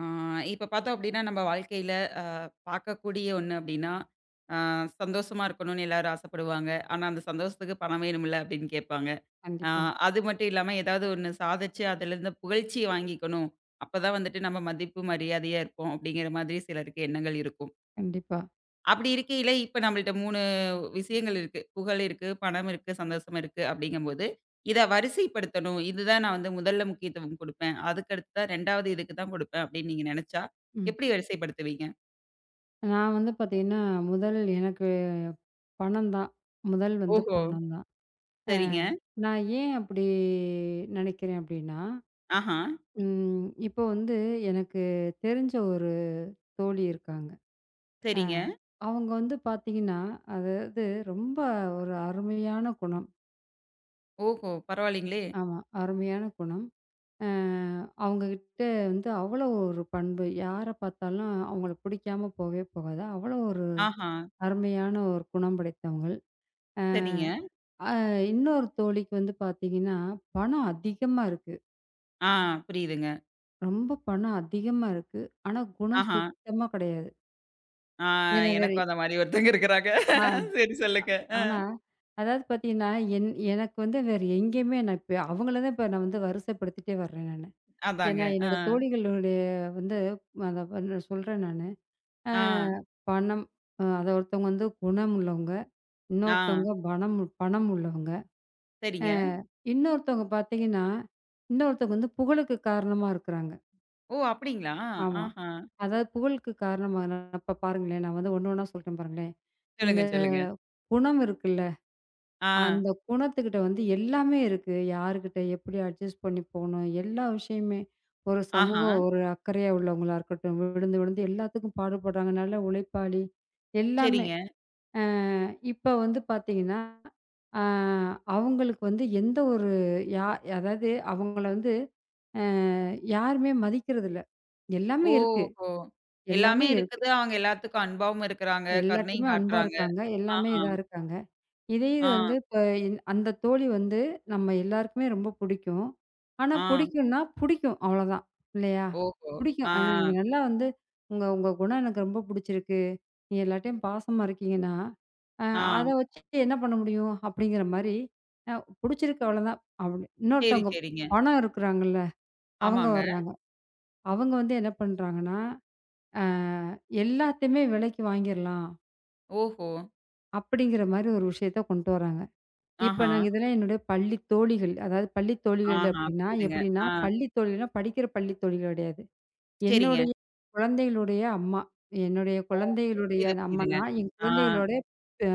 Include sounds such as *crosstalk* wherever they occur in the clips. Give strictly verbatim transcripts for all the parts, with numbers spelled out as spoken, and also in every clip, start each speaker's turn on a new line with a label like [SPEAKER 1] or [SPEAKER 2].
[SPEAKER 1] ஆ, இப்ப பார்த்தோம் அப்படின்னா, நம்ம வாழ்க்கையில அ பார்க்கக்கூடிய ஒண்ணு அப்படின்னா, அ சந்தோஷமா இருக்கணும்னு எல்லாரும் ஆசைப்படுவாங்க. ஆனா, அந்த சந்தோஷத்துக்கு பணம் வேணும்ல அப்படின்னு கேட்பாங்க. அ
[SPEAKER 2] கண்டிப்பா,
[SPEAKER 1] அது மட்டும் இல்லாம ஏதாவது ஒண்ணு சாதிச்சு அதிலிருந்து புகழ்ச்சி வாங்கிக்கணும். அப்பதான் வந்துட்டு நம்ம மதிப்பு, மரியாதையா இருப்போம் அப்படிங்கிற மாதிரி சிலருக்கு எண்ணங்கள் இருக்கும்.
[SPEAKER 2] கண்டிப்பா.
[SPEAKER 1] அப்படி இருக்கையில, இப்ப நம்மள்ட்ட மூணு விஷயங்கள் இருக்கு. புகழ் இருக்கு, பணம் இருக்கு, சந்தோஷம் இருக்கு அப்படிங்கம்போது, இத வரிசைப்படுத்தணும். இதுதான் நான் வந்து முதல்ல முக்கியத்துவம் குடுப்பேன். அதுக்கு அடுத்து தான் இரண்டாவது இதுக்கு தான் குடுப்பேன் அப்படின்னு நீங்க நெனச்சா,
[SPEAKER 2] ம்.
[SPEAKER 1] எப்படி வரிசைப்படுத்துவீங்க?
[SPEAKER 2] நான் வந்து பார்த்தீங்கன்னா, முதல் எனக்கு பணம் தான். முதல் வந்து
[SPEAKER 1] ஓஹோ!
[SPEAKER 2] பணம் தான். அ
[SPEAKER 1] சரிங்க.
[SPEAKER 2] நான் ஏன் அப்படி நினைக்கிறேன் அப்படின்னா,
[SPEAKER 1] ஆஹா.
[SPEAKER 2] ம் இப்போ வந்து எனக்கு தெரிஞ்ச ஒரு தோழி இருக்காங்க. அ
[SPEAKER 1] சரிங்க.
[SPEAKER 2] அவங்க வந்து பார்த்தீங்கன்னா, அதாவது ரொம்ப ஒரு அருமையான குணம்.
[SPEAKER 1] ஓஹோ! பரவாயில்லைங்களே!
[SPEAKER 2] ஆமா, அருமையான குணம். அ அவங்ககிட்ட வந்து அவ்வளோ ஒரு பண்பு. யார பார்த்தாலும் அவங்கள பிடிக்காம போகவே போகாது. அவ்வளோ ஒரு
[SPEAKER 1] ஆஹா.
[SPEAKER 2] அருமையான ஒரு குணம் படைத்தவங்க.
[SPEAKER 1] சரிங்க.
[SPEAKER 2] அ இன்னொரு தோழிக்கு வந்து பார்த்தீங்கன்னா, பணம் அதிகமா இருக்கு.
[SPEAKER 1] ஆ, புரியுதுங்க.
[SPEAKER 2] ரொம்ப பணம் அதிகமா இருக்கு. ஆனா குணம்
[SPEAKER 1] ஆஹா.
[SPEAKER 2] சுத்தமா கிடையாது.
[SPEAKER 1] ஆ,
[SPEAKER 2] இதுல வேற.
[SPEAKER 1] எனக்கும் அந்த மாரி ஒருத்தங்க இருக்கிறாங்க.
[SPEAKER 2] ஆ
[SPEAKER 1] சரி சொல்லுங்க. அ
[SPEAKER 2] ஆனா அதாவது பார்த்தீங்கன்னா, என் எனக்கு வந்து வேற எங்கேயுமே நான் இப்ப அவங்கள தான் இப்ப நான் வந்து வரிசைப்படுத்திட்டே வர்றேன் நானு.
[SPEAKER 1] அதாங்க.
[SPEAKER 2] ஏன்னா
[SPEAKER 1] ஆ.
[SPEAKER 2] என்னோட தோழிகளுடைய வந்து அத வந்து சொல்றேன் நானு. அ
[SPEAKER 1] ஆ.
[SPEAKER 2] பணம். அ அத ஒருத்தவங்க வந்து குணம் உள்ளவங்க.
[SPEAKER 1] ஆ.
[SPEAKER 2] இன்னொருத்தவங்க பணம் உ- பணம் உள்ளவங்க. அ
[SPEAKER 1] சரிங்க.
[SPEAKER 2] இன்னொருத்தவங்க பார்த்தீங்கன்னா, இன்னொருத்தவங்க வந்து புகழுக்கு காரணமா இருக்கிறாங்க.
[SPEAKER 1] ஓ! அப்படிங்களா?
[SPEAKER 2] ஆமா.
[SPEAKER 1] ஆஹா.
[SPEAKER 2] அதாவது புகழுக்கு காரணமான, இப்ப பாருங்களேன், நான் வந்து ஒண்ணு ஒண்ணா சொல்றேன் பாருங்களேன். இந்த
[SPEAKER 1] சொல்லுங்க, சொல்லுங்க.
[SPEAKER 2] குணம் இருக்குல்ல,
[SPEAKER 1] ஆ.
[SPEAKER 2] அந்த குணத்துக்கிட்ட வந்து எல்லாமே இருக்கு. யாருக்கிட்ட எப்படி அட்ஜஸ்ட் பண்ணி போணும், எல்லா விஷயமே. ஒரு சமூக
[SPEAKER 1] ஆஹா.
[SPEAKER 2] ஒரு அக்கறையா உள்ளவங்களா இருக்கட்டும், விழுந்து விழுந்து எல்லாத்துக்கும் பாடுபடுறாங்க. நல்ல உழைப்பாளி, எல்லாமே.
[SPEAKER 1] சரிங்க.
[SPEAKER 2] அ இப்ப வந்து பார்த்தீங்கன்னா, அ அவங்களுக்கு வந்து எந்த ஒரு, யா அதாவது அவங்கள வந்து அ யாருமே மதிக்கிறதில்ல. எல்லாமே இருக்கு,
[SPEAKER 1] ஓஹோ! எல்லாமே
[SPEAKER 2] எல்லாமே இருக்கு.
[SPEAKER 1] இருக்குது. அவங்க எல்லாத்துக்கும் அன்பாவும் இருக்கிறாங்க.
[SPEAKER 2] எல்லார்ட்டயுமே
[SPEAKER 1] கருணையும்
[SPEAKER 2] அன்பா
[SPEAKER 1] காட்டுறாங்க.
[SPEAKER 2] இருக்காங்க. எல்லாமே
[SPEAKER 1] ஆஹா.
[SPEAKER 2] இதா இருக்காங்க. இதே இது
[SPEAKER 1] ஆ,
[SPEAKER 2] வந்து இப்ப என் அந்த தோழி வந்து நம்ம எல்லாருக்குமே ரொம்ப புடிக்கும். ஆனா
[SPEAKER 1] ஆ.
[SPEAKER 2] புடிக்கும்னா, புடிக்கும் அவ்வளோதான். இல்லையா?
[SPEAKER 1] ஓஹோ!
[SPEAKER 2] புடிக்கும்.
[SPEAKER 1] ஆ,
[SPEAKER 2] ஆனா நீங்க நல்லா வந்து உங்க உங்க குணம் எனக்கு ரொம்ப புடிச்சிருக்கு. நீங்க எல்லார்ட்டயும் பாசமா இருக்கீங்கன்னா, அ
[SPEAKER 1] ஆ.
[SPEAKER 2] அத வச்சுட்டு என்ன பண்ண முடியும்? அப்படிங்கிற மாரி அ புடிச்சிருக்கு அவ்வளோதான். அப்படி
[SPEAKER 1] சரி,
[SPEAKER 2] இன்னொருத்தவங்க
[SPEAKER 1] சரிங்க.
[SPEAKER 2] பணம் இருக்கிறாங்கல்ல, அவங்க
[SPEAKER 1] ஆமாங்க.
[SPEAKER 2] வர்றாங்க. அவங்க வந்து என்ன பண்றாங்கன்னா, அ எல்லாத்தையுமே விலைக்கு வாங்கிரலாம்.
[SPEAKER 1] ஓஹோ!
[SPEAKER 2] அப்படிங்கிற மாரி ஒரு விஷயத்த கொண்டு வராங்க. இப்ப
[SPEAKER 1] ஆஹா.
[SPEAKER 2] நாங்க இதெல்லாம் என்னுடைய பள்ளி தோழிகள். அதாவது பள்ளி தோழிகள்
[SPEAKER 1] ஆஹா.
[SPEAKER 2] அப்படின்னா,
[SPEAKER 1] புரியுதுங்க.
[SPEAKER 2] எப்படின்னா
[SPEAKER 1] ஆ.
[SPEAKER 2] பள்ளி தோழிகள்னா படிக்கிற பள்ளி தோழிகள் கிடையாது.
[SPEAKER 1] சரிங்க.
[SPEAKER 2] என்னுடைய குழந்தைகளுடைய அம்மா. என்னுடைய
[SPEAKER 1] ஓ!
[SPEAKER 2] குழந்தைகளுடைய
[SPEAKER 1] புரியுது, புரியுதுங்க.
[SPEAKER 2] அம்மான்னா, என்
[SPEAKER 1] ஆ,
[SPEAKER 2] குழந்தைகளோட அ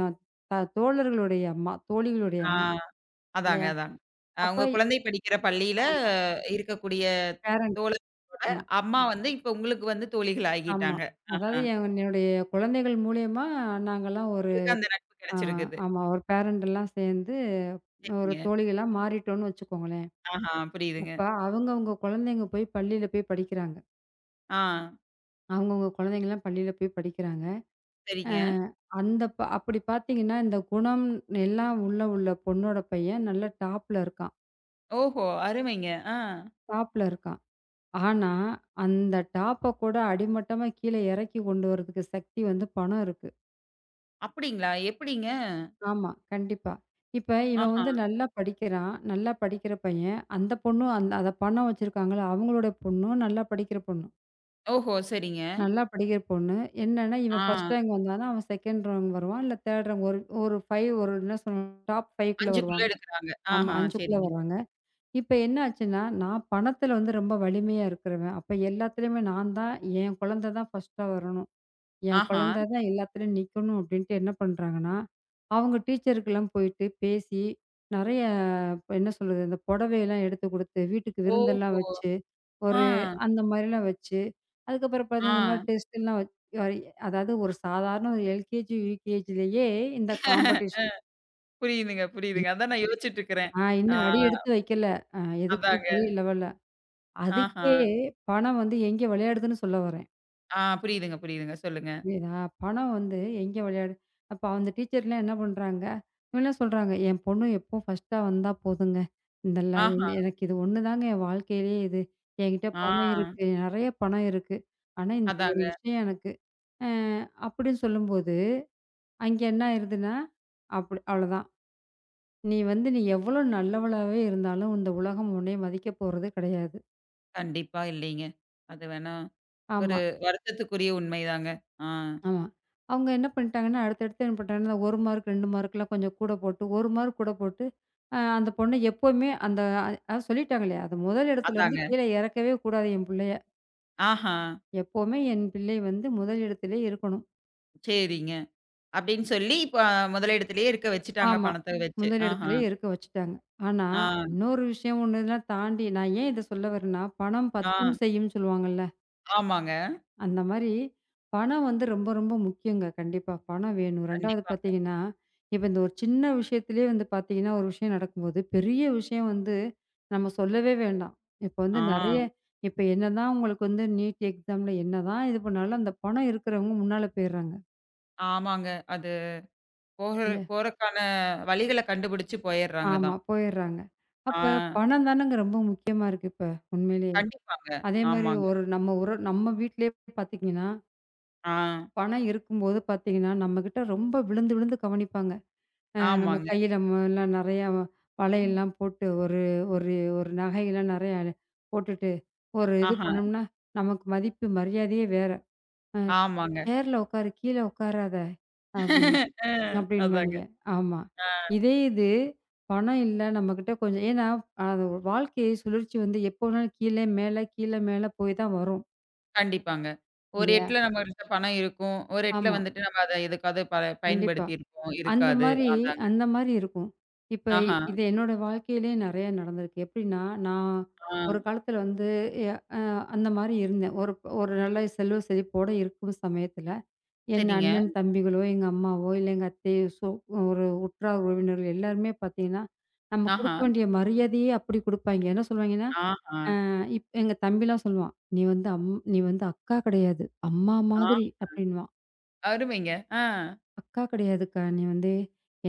[SPEAKER 2] த தோழர்களுடைய அம்மா. தோழிகளுடைய
[SPEAKER 1] ஆ.
[SPEAKER 2] அம்மா.
[SPEAKER 1] அதாங்க,
[SPEAKER 2] இல்லையா?
[SPEAKER 1] அதாங்க. அ
[SPEAKER 2] அப்ப
[SPEAKER 1] உங்க குழந்தை படிக்கிற பள்ளியில
[SPEAKER 2] ஆமா.
[SPEAKER 1] அஹ், இருக்கக்கூடிய
[SPEAKER 2] பேரண்ட்.
[SPEAKER 1] தோழர்களோட
[SPEAKER 2] ஆமா,
[SPEAKER 1] அம்மா வந்து இப்ப உங்களுக்கு வந்து தோழிகள்
[SPEAKER 2] ஆமா.
[SPEAKER 1] ஆகிட்டாங்க.
[SPEAKER 2] அதாவது
[SPEAKER 1] ஆஹா.
[SPEAKER 2] என்- என்னுடைய குழந்தைகள் மூலியமா நாங்கலாம் ஒரு
[SPEAKER 1] உங்களுக்கு அந்த நட்பு
[SPEAKER 2] ஆ
[SPEAKER 1] கிடைச்சிருக்குது.
[SPEAKER 2] ஆமா. ஒரு பேரண்ட் எல்லாம் சேர்ந்து ஒரு
[SPEAKER 1] சரிங்க.
[SPEAKER 2] தோழிகளா மாறிட்டோம்னு வச்சுக்கோங்களேன்.
[SPEAKER 1] ஆஹா, புரியுதுங்க.
[SPEAKER 2] இப்ப அவங்கவங்க குழந்தைங்க போய் பள்ளியில போய் படிக்கிறாங்க.
[SPEAKER 1] ஆ,
[SPEAKER 2] அவங்கவங்க குழந்தைங்கலாம் பள்ளியில போய் படிக்கிறாங்க. அ
[SPEAKER 1] சரிங்க.
[SPEAKER 2] அந்த ப அப்படி பார்த்தீங்கன்னா, இந்த குணம் எல்லாம் உள்ள உள்ள பொண்ணோட பையன் நல்ல டாப்ல இருக்கான்.
[SPEAKER 1] ஓஹோ! அருமைங்க. ஆ.
[SPEAKER 2] டாப்ல இருக்கான். ஆனா, அந்த டாப்ப கூட அடிமட்டமா கீழ இறக்கி கொண்டு வரதுக்கு சக்தி வந்து பணம் இருக்கு.
[SPEAKER 1] அப்படிங்களா? எப்படிங்க?
[SPEAKER 2] ஆமா, கண்டிப்பா. இப்ப இவன்
[SPEAKER 1] ஆஹா.
[SPEAKER 2] வந்து நல்லா படிக்கிறான். நல்லா படிக்கிற பையன். அந்த பொண்ணும் அந்த அத பணம் வச்சிருக்காங்கல்ல, அவங்களுடைய பொண்ணும் நல்லா படிக்கிற பொண்ணு.
[SPEAKER 1] ஓஹோ! சரிங்க.
[SPEAKER 2] நல்லா படிக்கிற பொண்ணு. என்னன்னா, இவன்
[SPEAKER 1] ஆ.
[SPEAKER 2] ஃபர்ஸ்ட் ரேங்க் வந்தான்னா, அவன் செகண்ட் ரேங்க் வருவான். இல்ல தேர்ட் ரேங்க் ஒரு ஒரு ஐந்து, ஒரு என்ன சொல்லணும், டாப் ஐந்துக்குள்ள
[SPEAKER 1] அஞ்சுக்குள்ள
[SPEAKER 2] வருவாங்க.
[SPEAKER 1] எடுக்குறாங்க.
[SPEAKER 2] ஆமா,
[SPEAKER 1] ஆஹா,
[SPEAKER 2] ஐந்துக்குள்ள
[SPEAKER 1] சரிங்க.
[SPEAKER 2] வர்றாங்க. இப்ப என்ன ஆச்சுன்னா, நான் பணத்துல வந்து ரொம்ப வலிமையா இருக்கிறவன். அப்ப எல்லாத்துலயுமே நான் தான் என் குழந்தை தான் ஃபர்ஸ்ட்டா வரணும். என்
[SPEAKER 1] ஆஹா.
[SPEAKER 2] குழந்தை தான் எல்லாத்துலயும் நிக்கணும் அப்படின்ட்டு என்ன பண்றாங்கன்னா, அவங்க டீச்சருக்கெல்லாம் போயிட்டு பேசி, நெறைய என்ன சொல்றது, இந்த புடவையெல்லாம் எடுத்து குடுத்து, வீட்டுக்கு விருந்தெல்லாம்
[SPEAKER 1] ஓஹோ!
[SPEAKER 2] வச்சு,
[SPEAKER 1] ஆ,
[SPEAKER 2] ஒரு அந்த மாரிலாம் வச்சு, அதுக்கப்புறம் பார்த்தா இந்த மாரி
[SPEAKER 1] ஆ.
[SPEAKER 2] டெஸ்ட்லாம் வச் அ அதாவது ஒரு சாதாரண ஒரு எல்கேஜி, யுகேஜிலேயே இந்த காம்படிஷன்.
[SPEAKER 1] புரியுதுங்க, புரியுதுங்க. அதான் நான் யோசிச்சுட்டு இருக்கிறேன்.
[SPEAKER 2] ஆ
[SPEAKER 1] ஆ,
[SPEAKER 2] இன்னும் அடி எடுத்து வைக்கல. அ எதுக்குமே
[SPEAKER 1] அதாங்க.
[SPEAKER 2] பெரிய லெவல்ல.
[SPEAKER 1] ஆஹா.
[SPEAKER 2] அதுக்கே பணம் வந்து எங்கே விளையாடுதுன்னு சொல்ல வரேன்.
[SPEAKER 1] ஆ, புரியுதுங்க, புரியுதுங்க. சொல்லுங்க.
[SPEAKER 2] புரியுதா? பணம் வந்து எங்கே விளையாடு அப்ப அந்த டீச்சர்லாம் என்ன பண்றாங்க, இவங்கலாம் சொல்றாங்க, "என் பொண்ணு எப்பவும் ஃபர்ஸ்ட்டா வந்தா போதுங்க. இந்த லை
[SPEAKER 1] ஆஹா.
[SPEAKER 2] இந்த- எனக்கு இது ஒண்ணு தாங்க என் வாழ்க்கையிலேயே இது. என்கிட்ட பணம்
[SPEAKER 1] ஆ,
[SPEAKER 2] இருக்கு. நெறைய பணம் இருக்கு. ஆனா இந்த ஒரு
[SPEAKER 1] அதாங்க.
[SPEAKER 2] விஷயம் எனக்கு." அ அப்படின்னு சொல்லும்போது அங்கே என்ன ஆயிருதுன்னா, அப்படி அவ்வளோதான். நீ வந்து நீ எவ்வளோ நல்லவளாவே இருந்தாலும், இந்த உலகம் உன்னைய மதிக்க போறது கிடையாது.
[SPEAKER 1] கண்டிப்பா இல்லைங்க. அது வேணா
[SPEAKER 2] ஆமா,
[SPEAKER 1] ஒரு வருத்தத்துக்குரிய உண்மைதாங்க. ஆ,
[SPEAKER 2] ஆமா. அவங்க என்ன பண்ணிட்டாங்கன்னா, அடுத்தடுத்து என்ன பண்ணிட்டாங்கன்னா, ஒரு மார்க், ரெண்டு மார்க்லாம் கொஞ்சம் கூட போட்டு, ஒரு மார்க் கூட போட்டு, அ அந்த பொண்ணு எப்பவுமே அந்த, அ அ- சொல்லிட்டாங்களே, அது முதல் இடத்துலருந்து
[SPEAKER 1] அதாங்க.
[SPEAKER 2] கீழ இறக்கவே கூடாது என் பிள்ளைய.
[SPEAKER 1] ஆஹா,
[SPEAKER 2] எப்பவுமே என் பிள்ளை வந்து முதல் இடத்திலே இருக்கணும்.
[SPEAKER 1] சரிங்க. அப்படின்னு சொல்லி, இப்ப முதலிடத்திலேயே இருக்க வச்சுட்டாங்க
[SPEAKER 2] ஆமா.
[SPEAKER 1] பணத்த ம். வச்சு.
[SPEAKER 2] முதல்
[SPEAKER 1] ஆஹா.
[SPEAKER 2] இடத்திலே இருக்க வச்சுட்டாங்க. ஆனா,
[SPEAKER 1] ஆ,
[SPEAKER 2] இன்னொரு விஷயம் ஒண்ணு இதெல்லாம் தாண்டி நான் ஏன் இத சொல்ல வரேன்னா, பணம் பத்தும்
[SPEAKER 1] ஆ.
[SPEAKER 2] செய்யும்ன்னு சொல்லுவாங்கல்ல.
[SPEAKER 1] ஆமாங்க.
[SPEAKER 2] அந்த மாரி பணம் வந்து ரொம்ப, ரொம்ப முக்கியங்க. கண்டிப்பா. பணம் வேணும். இரண்டாவது
[SPEAKER 1] கண்டிப்பா.
[SPEAKER 2] பார்த்தீங்கன்னா, இப்ப இந்த ஒரு சின்ன விஷயத்திலேயே வந்து பார்த்தீங்கன்னா, ஒரு விஷயம் நடக்கும்போது, பெரிய விஷயம் வந்து நம்ம சொல்லவே வேண்டாம். இப்ப
[SPEAKER 1] ஆ.
[SPEAKER 2] வந்து நெறைய இப்ப என்னதான் உங்களுக்கு வந்து நீட் எக்ஸாம்ல என்னதான் இது பண்ணாலும், அந்த பணம் இருக்கிறவங்க முன்னால போயிர்றாங்க.
[SPEAKER 1] ஆமாங்க. அது போக
[SPEAKER 2] இல்ல.
[SPEAKER 1] போறக்கான வழிகள கண்டுபிடிச்சு போயர்றாங்க
[SPEAKER 2] ஆமா,
[SPEAKER 1] தான்.
[SPEAKER 2] போயிர்றாங்க.
[SPEAKER 1] ஆ.
[SPEAKER 2] அப்ப பணம் தானங்க ரொம்ப முக்கியமா இருக்கு இப்ப, உண்மையிலேயே.
[SPEAKER 1] கண்டிப்பாங்க.
[SPEAKER 2] அதே மாரி
[SPEAKER 1] ஆமாங்க.
[SPEAKER 2] ஒரு நம்ம ஒரு நம்ம வீட்லயே பார்த்தீங்கன்னா,
[SPEAKER 1] ஆ.
[SPEAKER 2] பணம் இருக்கும்போது பார்த்தீங்கன்னா, நம்மகிட்ட ரொம்ப விழுந்து, விழுந்து கவனிப்பாங்க. அ நம்ம
[SPEAKER 1] ஆமாங்க.
[SPEAKER 2] கைய நம்மலாம் நெறையா
[SPEAKER 1] ம்.
[SPEAKER 2] வளையல்லாம் போட்டு ஒரு ஒரு ஒரு நகையெல்லாம் நெறையா போட்டுட்டு, ஒரு இது
[SPEAKER 1] ஆஹா.
[SPEAKER 2] பண்ணோம்னா, நமக்கு மதிப்பு மரியாதையே வேற. அ
[SPEAKER 1] ஆமாங்க.
[SPEAKER 2] சேர்ல உட்காரு, கீழ உட்காராத அப்படின்னு
[SPEAKER 1] அ அதாங்க.
[SPEAKER 2] அப்படின்பாய்ங்க. ஆமா.
[SPEAKER 1] ஆ.
[SPEAKER 2] இதே இது பணம் இல்ல நம்மகிட்ட கொஞ்சம் ஏன்னா, அது வாழ்க்கை சுழற்சி வந்து எப்போ வேணாலும் கீழ, மேல, கீழ, மேல போய் தான் வரும்.
[SPEAKER 1] கண்டிப்பாங்க. ஒரு
[SPEAKER 2] இல்லையா?
[SPEAKER 1] எட்ல நம்மகிட்ட பணம் இருக்கும். ஒரு எட்ல
[SPEAKER 2] ஆமா.
[SPEAKER 1] வந்துட்டு நம்ம அத எதுக்காவது ப
[SPEAKER 2] கண்டிப்பா.
[SPEAKER 1] பயன்படுத்தியிருப்போம்.
[SPEAKER 2] அந்த
[SPEAKER 1] இருக்காது.
[SPEAKER 2] மாரி
[SPEAKER 1] அதாங்க.
[SPEAKER 2] அந்த மாரி இருக்கும். இப்ப
[SPEAKER 1] ஆஹா.
[SPEAKER 2] இது என்னோட வாழ்க்கையிலயே நெறைய நடந்திருக்கு. எப்டின்னா, நான்
[SPEAKER 1] ஆ.
[SPEAKER 2] ஒரு காலத்துல வந்து எ அ அந்த மாரி இருந்தேன். ஒரு ஒரு நல்ல செல்வ செழிப்போட இருக்கும் சமயத்துல, என்
[SPEAKER 1] சரிங்க.
[SPEAKER 2] அண்ணன், தம்பிகளோ, எங்க அம்மாவோ, இல்ல எங்க அத்தையோ, சோ ஒரு உற்றார் உறவினர்கள் எல்லாருமே பாத்தீங்கன்னா, நம்ம
[SPEAKER 1] ஆஹா.
[SPEAKER 2] குடுக்க வேண்டிய மரியாதையே அப்டி குடுப்பாய்ங்க. என்ன சொல்லுவாங்கன்னா,
[SPEAKER 1] ஆஹா.
[SPEAKER 2] அ இப் எங்க தம்பிலாம் சொல்லுவான். "நீ வந்து அம் நீ வந்து அக்கா கெடையாது. அம்மா
[SPEAKER 1] ஆ.
[SPEAKER 2] மாதிரி," அப்டின்னுவான்.
[SPEAKER 1] அருமைங்க. ஆ.
[SPEAKER 2] அக்கா கிடையாதுக்கா. நீ வந்து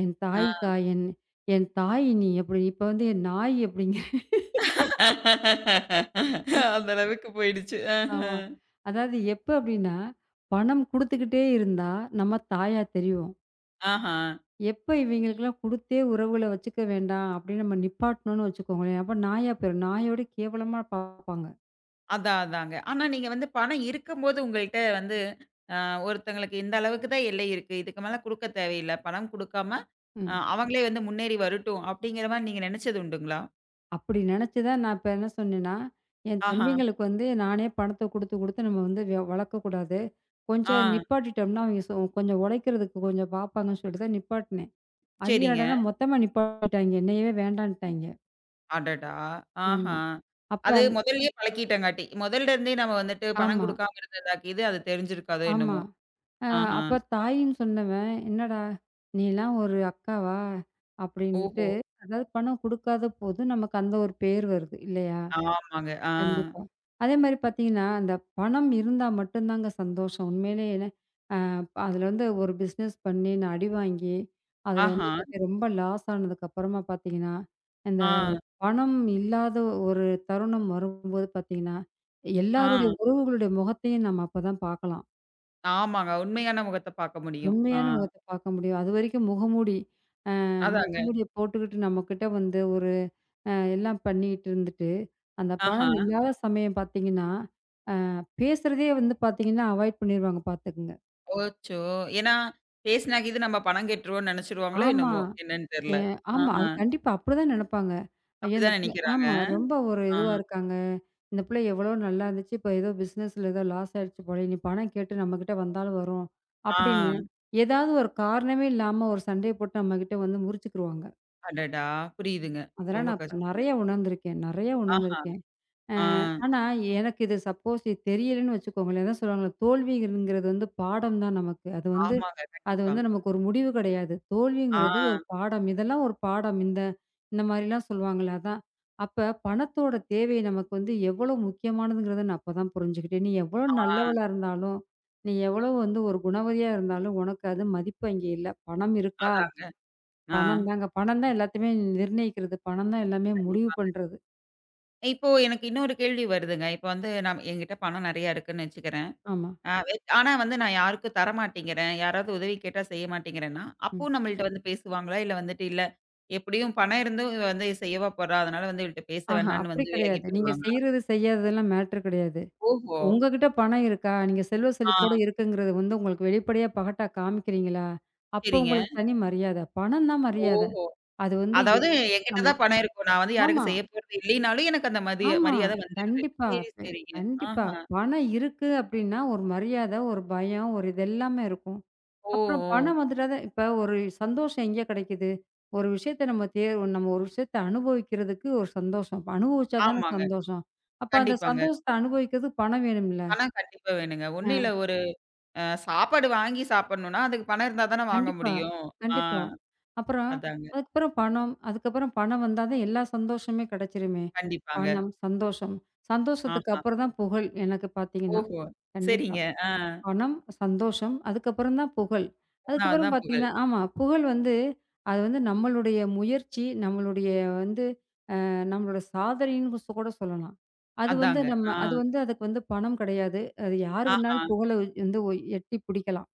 [SPEAKER 2] என்
[SPEAKER 1] ஆ.
[SPEAKER 2] தாய்க்கா. என் என் தாய் நீ அப்படி. இப்ப வந்து என் நாய் அப்படிங்க. ம்.
[SPEAKER 1] அந்த அளவுக்கு போயிடுச்சு. ஆஹ.
[SPEAKER 2] ஆமா. அதாவது எப்ப அப்படின்னா, பணம் குடுத்துக்கிட்டே இருந்தா நம்ம தாயா தெரிவோம்.
[SPEAKER 1] ஆஹா.
[SPEAKER 2] எப்ப இவைங்களுக்கெல்லாம் குடுத்தே உறவுகள வச்சுக்க வேண்டாம் அப்படின்னு நம்ம நிப்பாட்டணும்னு வச்சுக்கோங்களேன், அப்ப நாயா போயிரும். நாயோட கேவலமா பார்ப்பாங்க.
[SPEAKER 1] அதான், அதாங்க. ஆனா நீங்க வந்து பணம் இருக்கும்போது உங்கள்ட்ட வந்து அ ஒருத்தங்களுக்கு இந்த அளவுக்கு தான் எல்லை இருக்கு. இதுக்கு மேல குடுக்க தேவையில்ல. பணம் குடுக்காம அ
[SPEAKER 2] ம்.
[SPEAKER 1] அவங்களே வந்து முன்னேறி வரட்டும் அப்படிங்கிற மாரி நீங்க நெனச்சது உண்டுங்களா?
[SPEAKER 2] அப்படி நினச்சு தான் நான் இப்ப என்ன சொன்னேன்னா, என்
[SPEAKER 1] ஆஹா.
[SPEAKER 2] தம்பிங்களுக்கு வந்து நானே பணத்த குடுத்து, குடுத்து நம்ம வந்து வ வளர்க்கக்கூடாது.
[SPEAKER 1] ஆ.
[SPEAKER 2] கொஞ்சம் நிப்பாட்டிட்டோம்னா, அவங்க சொ கொஞ்சம் உழைக்கிறதுக்கு கொஞ்சம் பார்ப்பாங்கன்னு சொல்லிட்டு தான் நிப்பாட்டினேன். அது
[SPEAKER 1] சரிங்க.
[SPEAKER 2] என்னடான்னா மொத்தமா நிப்பாட்டிட்டாய்ங்க. என்னையவே வேண்டான்ட்டாய்ங்க.
[SPEAKER 1] அடடா! ஆஹா.
[SPEAKER 2] ஆமா. அப்ப
[SPEAKER 1] அது
[SPEAKER 2] அந்த-.
[SPEAKER 1] முதல்லயே பழக்கிட்டங்காட்டி, முதல்ல இருந்தே நம்ம வந்துட்டு பணம்
[SPEAKER 2] ஆமா,
[SPEAKER 1] குடுக்காம இருந்ததாக்கி இது அது தெரிஞ்சிருக்காதோ
[SPEAKER 2] ஆமா.
[SPEAKER 1] என்னமோ?
[SPEAKER 2] அ
[SPEAKER 1] ஆஹா.
[SPEAKER 2] அப்ப தாயின்னு சொன்னவன், "என்னடா! நீலாம் ஒரு அக்காவா?"
[SPEAKER 1] ஓஹோ!
[SPEAKER 2] அப்படின்ட்டு, அதாவது பணம் குடுக்காத போது நமக்கு அந்த ஒரு பேர் வருது இல்லையா?
[SPEAKER 1] ஆமாங்க. ஆ.
[SPEAKER 2] கண்டிப்பா. அதே மாரி பார்த்தீங்கன்னா, அந்த பணம் இருந்தா மட்டும் தாங்க சந்தோஷம். உண்மையிலே என்ன அப் அதுல வந்து ஒரு பிஸ்னஸ் பண்ணி நான் அடி வாங்கி, அதுல வந்து
[SPEAKER 1] ஆஹா.
[SPEAKER 2] பார்த்தீங்க ரொம்ப லாஸ் ஆனதுக்கப்புறமா பார்த்தீங்கன்னா, இந்த
[SPEAKER 1] ஆ,
[SPEAKER 2] பணம் இல்லாத ஒரு தருணம் வரும்போது பார்த்தீங்கன்னா,
[SPEAKER 1] ஆ.
[SPEAKER 2] எல்லாருடைய உறவுகளுடைய முகத்தையும் நம்ம அப்பதான் பார்க்கலாம்.
[SPEAKER 1] ஆமாங்க. உண்மையான முகத்த பார்க்க முடியும். ஆ.
[SPEAKER 2] உண்மையான முகத்த பார்க்க முடியும். அதுவரைக்கும் முகமூடி அ
[SPEAKER 1] அதாங்க.
[SPEAKER 2] முகமூடிய போட்டுக்கிட்டு நம்மகிட்ட வந்து ஒரு அ எல்லாம் பண்ணிக்கிட்டு இருந்துட்டு, அந்த
[SPEAKER 1] ஆஹா.
[SPEAKER 2] பணம் இல்லாத சமயம் பார்த்தீங்கன்னா பேசுறதே வந்து பார்த்தீங்கன்னா, அவாய்ட் பண்ணிருவாங்க பார்த்துக்குங்க.
[SPEAKER 1] ஓச்சோ! ஏன்னா, பேசினா கீது நம்ம பணம் கட்டுருவோம்னு நெனச்சுருவாங்களோ
[SPEAKER 2] ஆமா.
[SPEAKER 1] என்னமோ! என்னன்னு
[SPEAKER 2] எ
[SPEAKER 1] தெரியல.
[SPEAKER 2] ஆமா.
[SPEAKER 1] ஆஹா.
[SPEAKER 2] அது கண்டிப்பா அப்படிதான் நெனப்பாங்க. ஐயோ! இந்த
[SPEAKER 1] அப்படிதான்
[SPEAKER 2] பிள்ள
[SPEAKER 1] நெனைக்கிறாங்க.
[SPEAKER 2] ஆமா. ரொம்ப ஒரு
[SPEAKER 1] ஆ,
[SPEAKER 2] இதுவா இருக்காங்க. இந்த பிள்ளை எவ்வளோ நல்லா இருந்துச்சு. இப்ப ஏதோ பிசினஸ்ல ஏதோ லாஸ் ஆயிடுச்சு போல. இனி பணம் கேட்டு நம்மகிட்ட வந்தாலும் வரும். அப்படின்னு
[SPEAKER 1] ஆ.
[SPEAKER 2] ஏதாவது ஒரு காரணமே இல்லாம ஒரு சண்டைய போட்டு நம்மகிட்ட வந்து முறிச்சுக்குருவாங்க.
[SPEAKER 1] அடடா! புரியுதுங்க.
[SPEAKER 2] அதெல்லாம்
[SPEAKER 1] ரொம்ப
[SPEAKER 2] நான் இப்ப
[SPEAKER 1] கஷ்டங்க.
[SPEAKER 2] நெறைய உணர்ந்திருக்கேன். நெறைய
[SPEAKER 1] ஆஹா.
[SPEAKER 2] உணர்ந்திருக்கேன்.
[SPEAKER 1] ஆ.
[SPEAKER 2] ஆனா, எனக்கு இது சப்போஸ் இது தெரியலன்னு வச்சுக்கோங்களேன், அதான் சொல்லுவாங்கல்ல, தோல்விங்கிறது வந்து பாடம் தான் நமக்கு. அது வந்து
[SPEAKER 1] ஆமாங்க.
[SPEAKER 2] அது
[SPEAKER 1] கண்டிப்பா.
[SPEAKER 2] வந்து நமக்கு ஒரு முடிவு கிடையாது.
[SPEAKER 1] ஆ,
[SPEAKER 2] தோல்விங்கிறது ஒரு பாடம். இதெல்லாம் ஒரு பாடம். இந்த இந்த மாரிலாம் சொல்லுவாங்கல்ல, அதான். அப்ப பணத்தோட தேவை நமக்கு வந்து எவ்வளோ முக்கியமானதுங்கிறத நான் அப்ப தான் புரிஞ்சுக்கிட்டேன். நீ எவ்வளோ
[SPEAKER 1] ஆ.
[SPEAKER 2] நல்லவளா இருந்தாலும், நீ எவ்வளோ வந்து ஒரு குணவதியா இருந்தாலும், உனக்கு அது மதிப்பு அங்கே இல்ல. பணம் இருக்கா?
[SPEAKER 1] அதாங்க. ஆ.
[SPEAKER 2] பணம் தாங்க. பணம் தான் எல்லாத்தையுமே நிர்ணயிக்கிறது. பணம் தான் எல்லாமே முடிவு
[SPEAKER 1] கண்டிப்பாங்க.
[SPEAKER 2] பண்றது.
[SPEAKER 1] இப்போ எனக்கு இன்னொரு கேள்வி வருதுங்க. இப்போ வந்து நம் என்கிட்ட பணம் நெறையா இருக்குன்னு வச்சுக்கிறேன்.
[SPEAKER 2] ஆமா.
[SPEAKER 1] ஆ வெட் ஆனா வந்து நான் யாருக்கும் தரமாட்டேங்கிறேன். யாராவது உதவி கேட்டா செய்ய மாட்டேங்கிறேன்னா,
[SPEAKER 2] ம்.
[SPEAKER 1] அப்போ நம்மள்ட்ட வந்து பேசுவாங்களா? இல்ல வந்துட்டு இல்ல எப்படியும் பணம் இருந்தும் இவ வந்து செய்யவா போறா? அதனால வந்து இவள்ட்ட பேச
[SPEAKER 2] ஆஹா,
[SPEAKER 1] வேண்டான்னு
[SPEAKER 2] அப்படி
[SPEAKER 1] வந்து விலகி
[SPEAKER 2] கிடையாது. நீங்க
[SPEAKER 1] போயிருவாங்களா?
[SPEAKER 2] செய்றது, செய்யாததெல்லாம் மேட்டர் கிடையாது.
[SPEAKER 1] ஓஹோ!
[SPEAKER 2] உங்ககிட்ட பணம் இருக்கா? நீங்க செல்வ செழிப்போட
[SPEAKER 1] ஆ,
[SPEAKER 2] இருக்குங்கிறது வந்து உங்களுக்கு வெளிப்படையா பகட்டா காமிக்கிறீங்களா? அப்போ
[SPEAKER 1] சரிங்க.
[SPEAKER 2] உங்களுக்கு தனி மரியாத. பணம் தான் மரியாத.
[SPEAKER 1] ஓஹோ!
[SPEAKER 2] அது வந்து எ
[SPEAKER 1] அதாவது என்கிட்ட
[SPEAKER 2] ஆமா,
[SPEAKER 1] தான் பணம் இருக்கும். நான் வந்து
[SPEAKER 2] ஆமா,
[SPEAKER 1] யாருக்கும் செய்ய போறது இல்லைனாலும் எனக்கு அந்த மதிய
[SPEAKER 2] ஆமா.
[SPEAKER 1] மரியாதை வந்துருது.
[SPEAKER 2] கண்டிப்பா,
[SPEAKER 1] சரி,
[SPEAKER 2] பெ
[SPEAKER 1] சரிங்க.
[SPEAKER 2] கண்டிப்பா.
[SPEAKER 1] ஆஹா!
[SPEAKER 2] பணம் இருக்கு அப்படின்னா ஒரு மரியாத, ஒரு பயம், ஒரு இது எல்லாமே இருக்கும்.
[SPEAKER 1] ஓ!
[SPEAKER 2] அப்புறம்
[SPEAKER 1] ஓ!
[SPEAKER 2] பணம் வந்துட்டா தான் இப்ப ஒரு சந்தோஷம் எங்கே கிடைக்குது? ஒரு விஷயத்த நம்ம தே நம்ம ஒரு விஷயத்த அனுபவிக்கிறதுக்கு ஒரு சந்தோஷம். அப்ப அனுபவிச்சா தானே
[SPEAKER 1] ஆமாங்க.
[SPEAKER 2] சந்தோஷம். அப்ப அந்த
[SPEAKER 1] கண்டிப்பாங்க.
[SPEAKER 2] சந்தோஷத்த அனுபவிக்கிறதுக்கு பணம் வேணும்ல?
[SPEAKER 1] பணம் கண்டிப்பா வேணுங்க. ஒண்ணும்
[SPEAKER 2] அ
[SPEAKER 1] இல்ல ஒரு அ சாப்பாடு வாங்கி சாப்பிடணும்னா, அதுக்கு பணம் இருந்தா தானே வாங்க
[SPEAKER 2] கண்டிப்பா,
[SPEAKER 1] முடியும். ஆ,
[SPEAKER 2] கண்டிப்பா. அப்புறம்
[SPEAKER 1] அதாங்க.
[SPEAKER 2] அதுக்கப்புறம் பணம், அதுக்கப்புறம் பணம் வந்தா தான் எல்லா சந்தோஷமே கிடைச்சிருமே!
[SPEAKER 1] கண்டிப்பாங்க.
[SPEAKER 2] பணம், சந்தோஷம். சந்தோஷத்துக்கு
[SPEAKER 1] ஆஹா!
[SPEAKER 2] அப்புறம் தான் புகழ் எனக்கு பார்த்தீங்கன்னா.
[SPEAKER 1] ஓஹோ!
[SPEAKER 2] கண்டிப்பா.
[SPEAKER 1] சரிங்க. ஆ.
[SPEAKER 2] பணம், சந்தோஷம், அதுக்கப்புறம் தான் புகழ். அதுக்கப்புறம் ஆமா.
[SPEAKER 1] போனாதான் புகழ்.
[SPEAKER 2] பார்த்தீங்கன்னா ஆமா. புகழ் வந்து அது வந்து நம்மளுடைய முயற்சி, நம்மளுடைய வந்து அ நம்மளோட சாதனைன்னு சொ கூட சொல்லலாம். அது வந்து
[SPEAKER 1] அதாங்க.
[SPEAKER 2] நம்ம
[SPEAKER 1] ஆ.
[SPEAKER 2] அது வந்து அதுக்கு வந்து பணம் கிடையாது. அது யார்
[SPEAKER 1] ஆஹா!
[SPEAKER 2] வேணாலும் புகழ வந்து ஒ எட்டி பிடிக்கலாம்.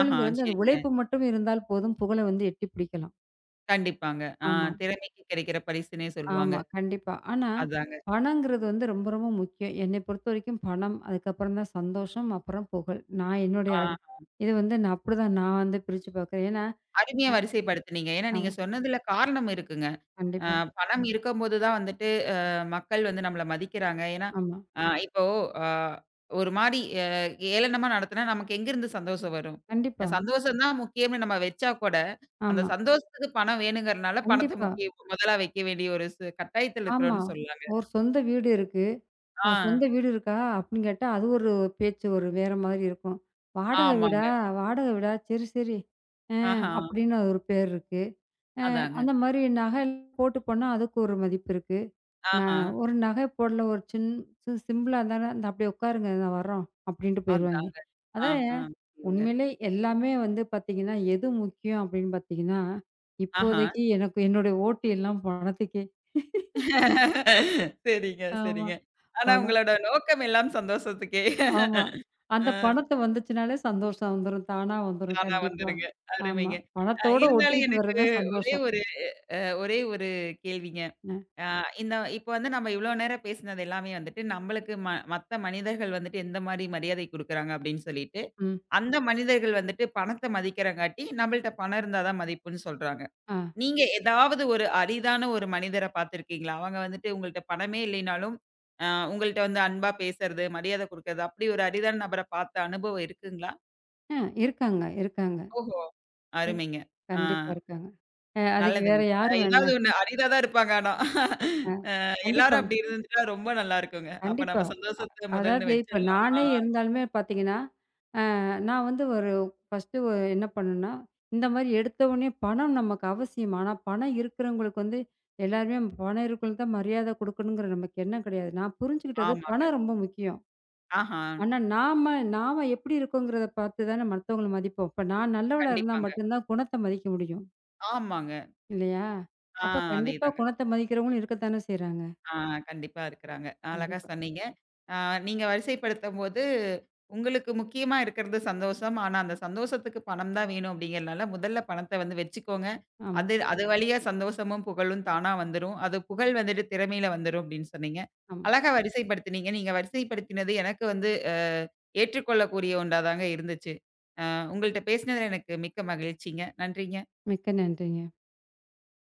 [SPEAKER 1] ஆஹா!
[SPEAKER 2] அது
[SPEAKER 1] சரிங்க.
[SPEAKER 2] உழைப்பு மட்டும் இருந்தால் போதும், புகழ வந்து எட்டி பிடிக்கலாம்.
[SPEAKER 1] கண்டிப்பாங்க. ஆ,
[SPEAKER 2] ஆமா.
[SPEAKER 1] திறமைக்கு கிடைக்கிற பரிசுன்னே சொல்லுவாங்க.
[SPEAKER 2] ஆமா, கண்டிப்பா. ஆனா,
[SPEAKER 1] அதாங்க.
[SPEAKER 2] பணங்கிறது வந்து ரொம்ப ரொம்ப முக்கியம். என்னை பொறுத்தவரைக்கும் பணம், அதுக்கப்புறம் தான் சந்தோஷம், அப்புறம் புகழ். நான் என்னுடைய
[SPEAKER 1] ஆ,
[SPEAKER 2] அடு இது வந்து நான் அப்படிதான் நான் வந்து பிரிச்சு பார்க்குறேன். ஏன்னா
[SPEAKER 1] அருமையா வரிசைப்படுத்துனீங்க. ஏன்னா, நீங்க
[SPEAKER 2] ஆமா.
[SPEAKER 1] சொன்னதுல காரணம் இருக்குங்க. அ
[SPEAKER 2] கண்டிப்பா.
[SPEAKER 1] பணம் இருக்கும்போது தான் வந்துட்டு மக்கள் வந்து நம்மள மதிக்கிறாங்க. ஏன்னா,
[SPEAKER 2] ஆமா.
[SPEAKER 1] அ இப்போ அ ஒரு மாரி அ ஏளனமா நடத்துனா நமக்கு எங்கேருந்து சந்தோஷம் வரும்?
[SPEAKER 2] கண்டிப்பா.
[SPEAKER 1] அஹ் சந்தோஷம் தான் முக்கியம்னு நம்ம வச்சா கூட, அந்த
[SPEAKER 2] ஆமா.
[SPEAKER 1] சந்தோஷத்துக்கு பணம் வேணுங்கிறனால பணத்த
[SPEAKER 2] கண்டிப்பா.
[SPEAKER 1] முக்கிய முதலா வைக்க வேண்டிய ஒரு சு கட்டாயத்துல
[SPEAKER 2] ஆமா.
[SPEAKER 1] இருக்கிறோம்னு சொல்லலாங்க.
[SPEAKER 2] ஒரு சொந்த வீடு இருக்கு. அ
[SPEAKER 1] ஆ,
[SPEAKER 2] சொந்த வீடு இருக்கா? அப்படின்னு கேட்டா, அது ஒரு பேச்சு ஒரு வேற மாதிரி இருக்கும். வாடகை வீடா?
[SPEAKER 1] ஆமாங்க.
[SPEAKER 2] வாடகை வீடா? சரி, சரி. அ
[SPEAKER 1] ஆஹா,
[SPEAKER 2] அப்படின்னு அது ஒரு பேர் இருக்கு. அ
[SPEAKER 1] அதாங்க.
[SPEAKER 2] அந்த மாரி நகை போட்டு போனா, அதுக்கு ஒரு மதிப்பு இருக்கு. நான்
[SPEAKER 1] ஆஹா,
[SPEAKER 2] ஒரு நகை போடல, ஒரு சின் சி சிம்பிளா இருந்தாலும், "இந்தா அப்படியே உட்காருங்க, நான் வர்றோம்," அப்படின்ட்டு போயிருவாய்ங்க.
[SPEAKER 1] அதாங்க.
[SPEAKER 2] அதான்.
[SPEAKER 1] ஆஹா, புரியுதுங்க.
[SPEAKER 2] உண்மையிலே எல்லாமே வந்து பார்த்தீங்கன்னா, எது முக்கியம் அப்படின்னு பார்த்தீங்கன்னா,
[SPEAKER 1] ஆஹா.
[SPEAKER 2] இப்போதைக்கு எனக்கு என்னுடைய ஓட்டு எல்லாம் பணத்துக்கே.
[SPEAKER 1] *laughs* சரிங்க,
[SPEAKER 2] ஆமா.
[SPEAKER 1] சரிங்க. ஆனா
[SPEAKER 2] பணம்.
[SPEAKER 1] உங்களோட நோக்கம் எல்லாம் சந்தோஷத்துக்கே.
[SPEAKER 2] ஆமா.
[SPEAKER 1] *laughs*
[SPEAKER 2] அந்த
[SPEAKER 1] அ.
[SPEAKER 2] பணத்த வந்துச்சுனாலே சந்தோஷம் வந்துரும். தானா வந்துரும்
[SPEAKER 1] தானா
[SPEAKER 2] கண்டிப்பா.
[SPEAKER 1] வந்துருங்க.
[SPEAKER 2] ஆமா.
[SPEAKER 1] அருமைங்க. அ
[SPEAKER 2] பணத்தோட
[SPEAKER 1] இருந்தாலும்
[SPEAKER 2] ஒட்டிக்கிட்டு வர்றது
[SPEAKER 1] எனக்கு
[SPEAKER 2] தான்
[SPEAKER 1] ஒரே
[SPEAKER 2] சந்தோஷம்.
[SPEAKER 1] ஒரு ஒரே ஒரு கேள்விங்க.
[SPEAKER 2] அ,
[SPEAKER 1] அ இந்த இப்ப வந்து நம்ம இவ்ளோ நேரம் பேசினது எல்லாமே வந்துட்டு, நம்மளுக்கு ம மத்த மனிதர்கள் வந்துட்டு எந்த மாரி மரியாதை குடுக்குறாங்க அப்படின்னு சொல்லிட்டு,
[SPEAKER 2] ம்.
[SPEAKER 1] அந்த மனிதர்கள் வந்துட்டு பணத்த மதிக்கிறங்காட்டி, நம்மள்ட்ட பணம் இருந்தா தான் மதிப்புன்னு சொல்றாங்க.
[SPEAKER 2] ஆ,
[SPEAKER 1] நீங்க ஏதாவது ஒரு அரிதான ஒரு மனிதர பார்த்துருக்கீங்களா? அவங்க வந்துட்டு உங்கள்ட்ட பணமே இல்லைனாலும், அ உங்கள்ட்ட வந்து அன்பா பேசுறது, மரியாதை குடுக்குறது, அப்படி ஒரு அரிதான நபர பார்த்த அனுபவம் இருக்குங்களா?
[SPEAKER 2] அ இருக்காங்க, இருக்காங்க.
[SPEAKER 1] ஓஹோ!
[SPEAKER 2] இருக்
[SPEAKER 1] அருமைங்க. ஆ.
[SPEAKER 2] கண்டிப்பா இருக்காங்க. அ அதுக்கு வேற
[SPEAKER 1] நல்லதுங்க. அ
[SPEAKER 2] யாரு வேண்டா?
[SPEAKER 1] ஏதாவது ஒண்ணு அரிதா தான் இருப்பாங்க ஆனா.
[SPEAKER 2] அ கண்டிப்பா,
[SPEAKER 1] எல்லாரும் அப்படி இருந்துட்டா ரொம்ப நல்லா இருக்குங்க. அப்ப
[SPEAKER 2] கண்டிப்பா.
[SPEAKER 1] நம்ம சந்தோஷத்த முதல்னு
[SPEAKER 2] அதாவது இப்ப
[SPEAKER 1] வச்சிடலாம். ஆ,
[SPEAKER 2] நானே இருந்தாலுமே பார்த்தீங்கன்னா, நான் வந்து ஒரு ஃபர்ஸ்ட்டு ஒ என்ன பண்ணேன்னா, இந்த மாரி எடுத்த உடனே பணம் நமக்கு அவசியம். ஆனா, பணம் இருக்கிறவங்களுக்கு வந்து எல்லாருமே பணம் இருக்கிறவங்களுக்கு தான் மரியாதை குடுக்கணுங்கிற நமக்கு எண்ணம் கிடையாது. நான் புரிஞ்சுக்கிட்டது
[SPEAKER 1] ஆமாங்க.
[SPEAKER 2] பணம் ரொம்ப முக்கியம்.
[SPEAKER 1] ஆஹா.
[SPEAKER 2] ஆனா, நாம நாம எப்படி இருக்கோங்கிறத பார்த்து தானே மத்தவங்கள மதிப்போம். இப்ப நான் நல்லவளா இருந்தா
[SPEAKER 1] கண்டிப்பாங்க.
[SPEAKER 2] மட்டும் தான் குணத்த மதிக்க முடியும்.
[SPEAKER 1] ஆமாங்க.
[SPEAKER 2] இல்லையா?
[SPEAKER 1] ஆ,
[SPEAKER 2] அப்ப கண்டிப்பா
[SPEAKER 1] அதேதாங்க.
[SPEAKER 2] குணத்த மதிக்கிறவங்களும் இருக்கத்தானே செய்றாங்க.
[SPEAKER 1] ஆ, கண்டிப்பா இருக்கிறாங்க. அழகா
[SPEAKER 2] கண்டிப்பா.
[SPEAKER 1] சொன்னீங்க. ஆ, நீங்க வரிசைப்படுத்தும்போது, உங்களுக்கு முக்கியமா இருக்கிறது சந்தோஷம். ஆனா, அந்த சந்தோஷத்துக்கு பணம் தான் வேணும் அப்படிங்கிறனால, முதல்ல பணத்த வந்து வச்சுக்கோங்க.
[SPEAKER 2] ஆமா,
[SPEAKER 1] அது அது வழியா சந்தோஷமும், புகழும் தானா வந்துரும். அது புகழ் வந்துட்டு திறமையில வந்துரும் அப்படின்னு சொன்னீங்க.
[SPEAKER 2] ஆமா.
[SPEAKER 1] அழகா வரிசைப்படுத்தினீங்க. நீங்க வரிசைப்படுத்தினது எனக்கு வந்து அ ஏற்றுக்கொள்ளக்கூடிய ஒன்றா தாங்க இருந்துச்சு. அ உங்கள்ட்ட பேசினதுல எனக்கு மிக்க மகிழ்ச்சிங்க. நன்றிங்க.
[SPEAKER 2] மிக்க நன்றிங்க.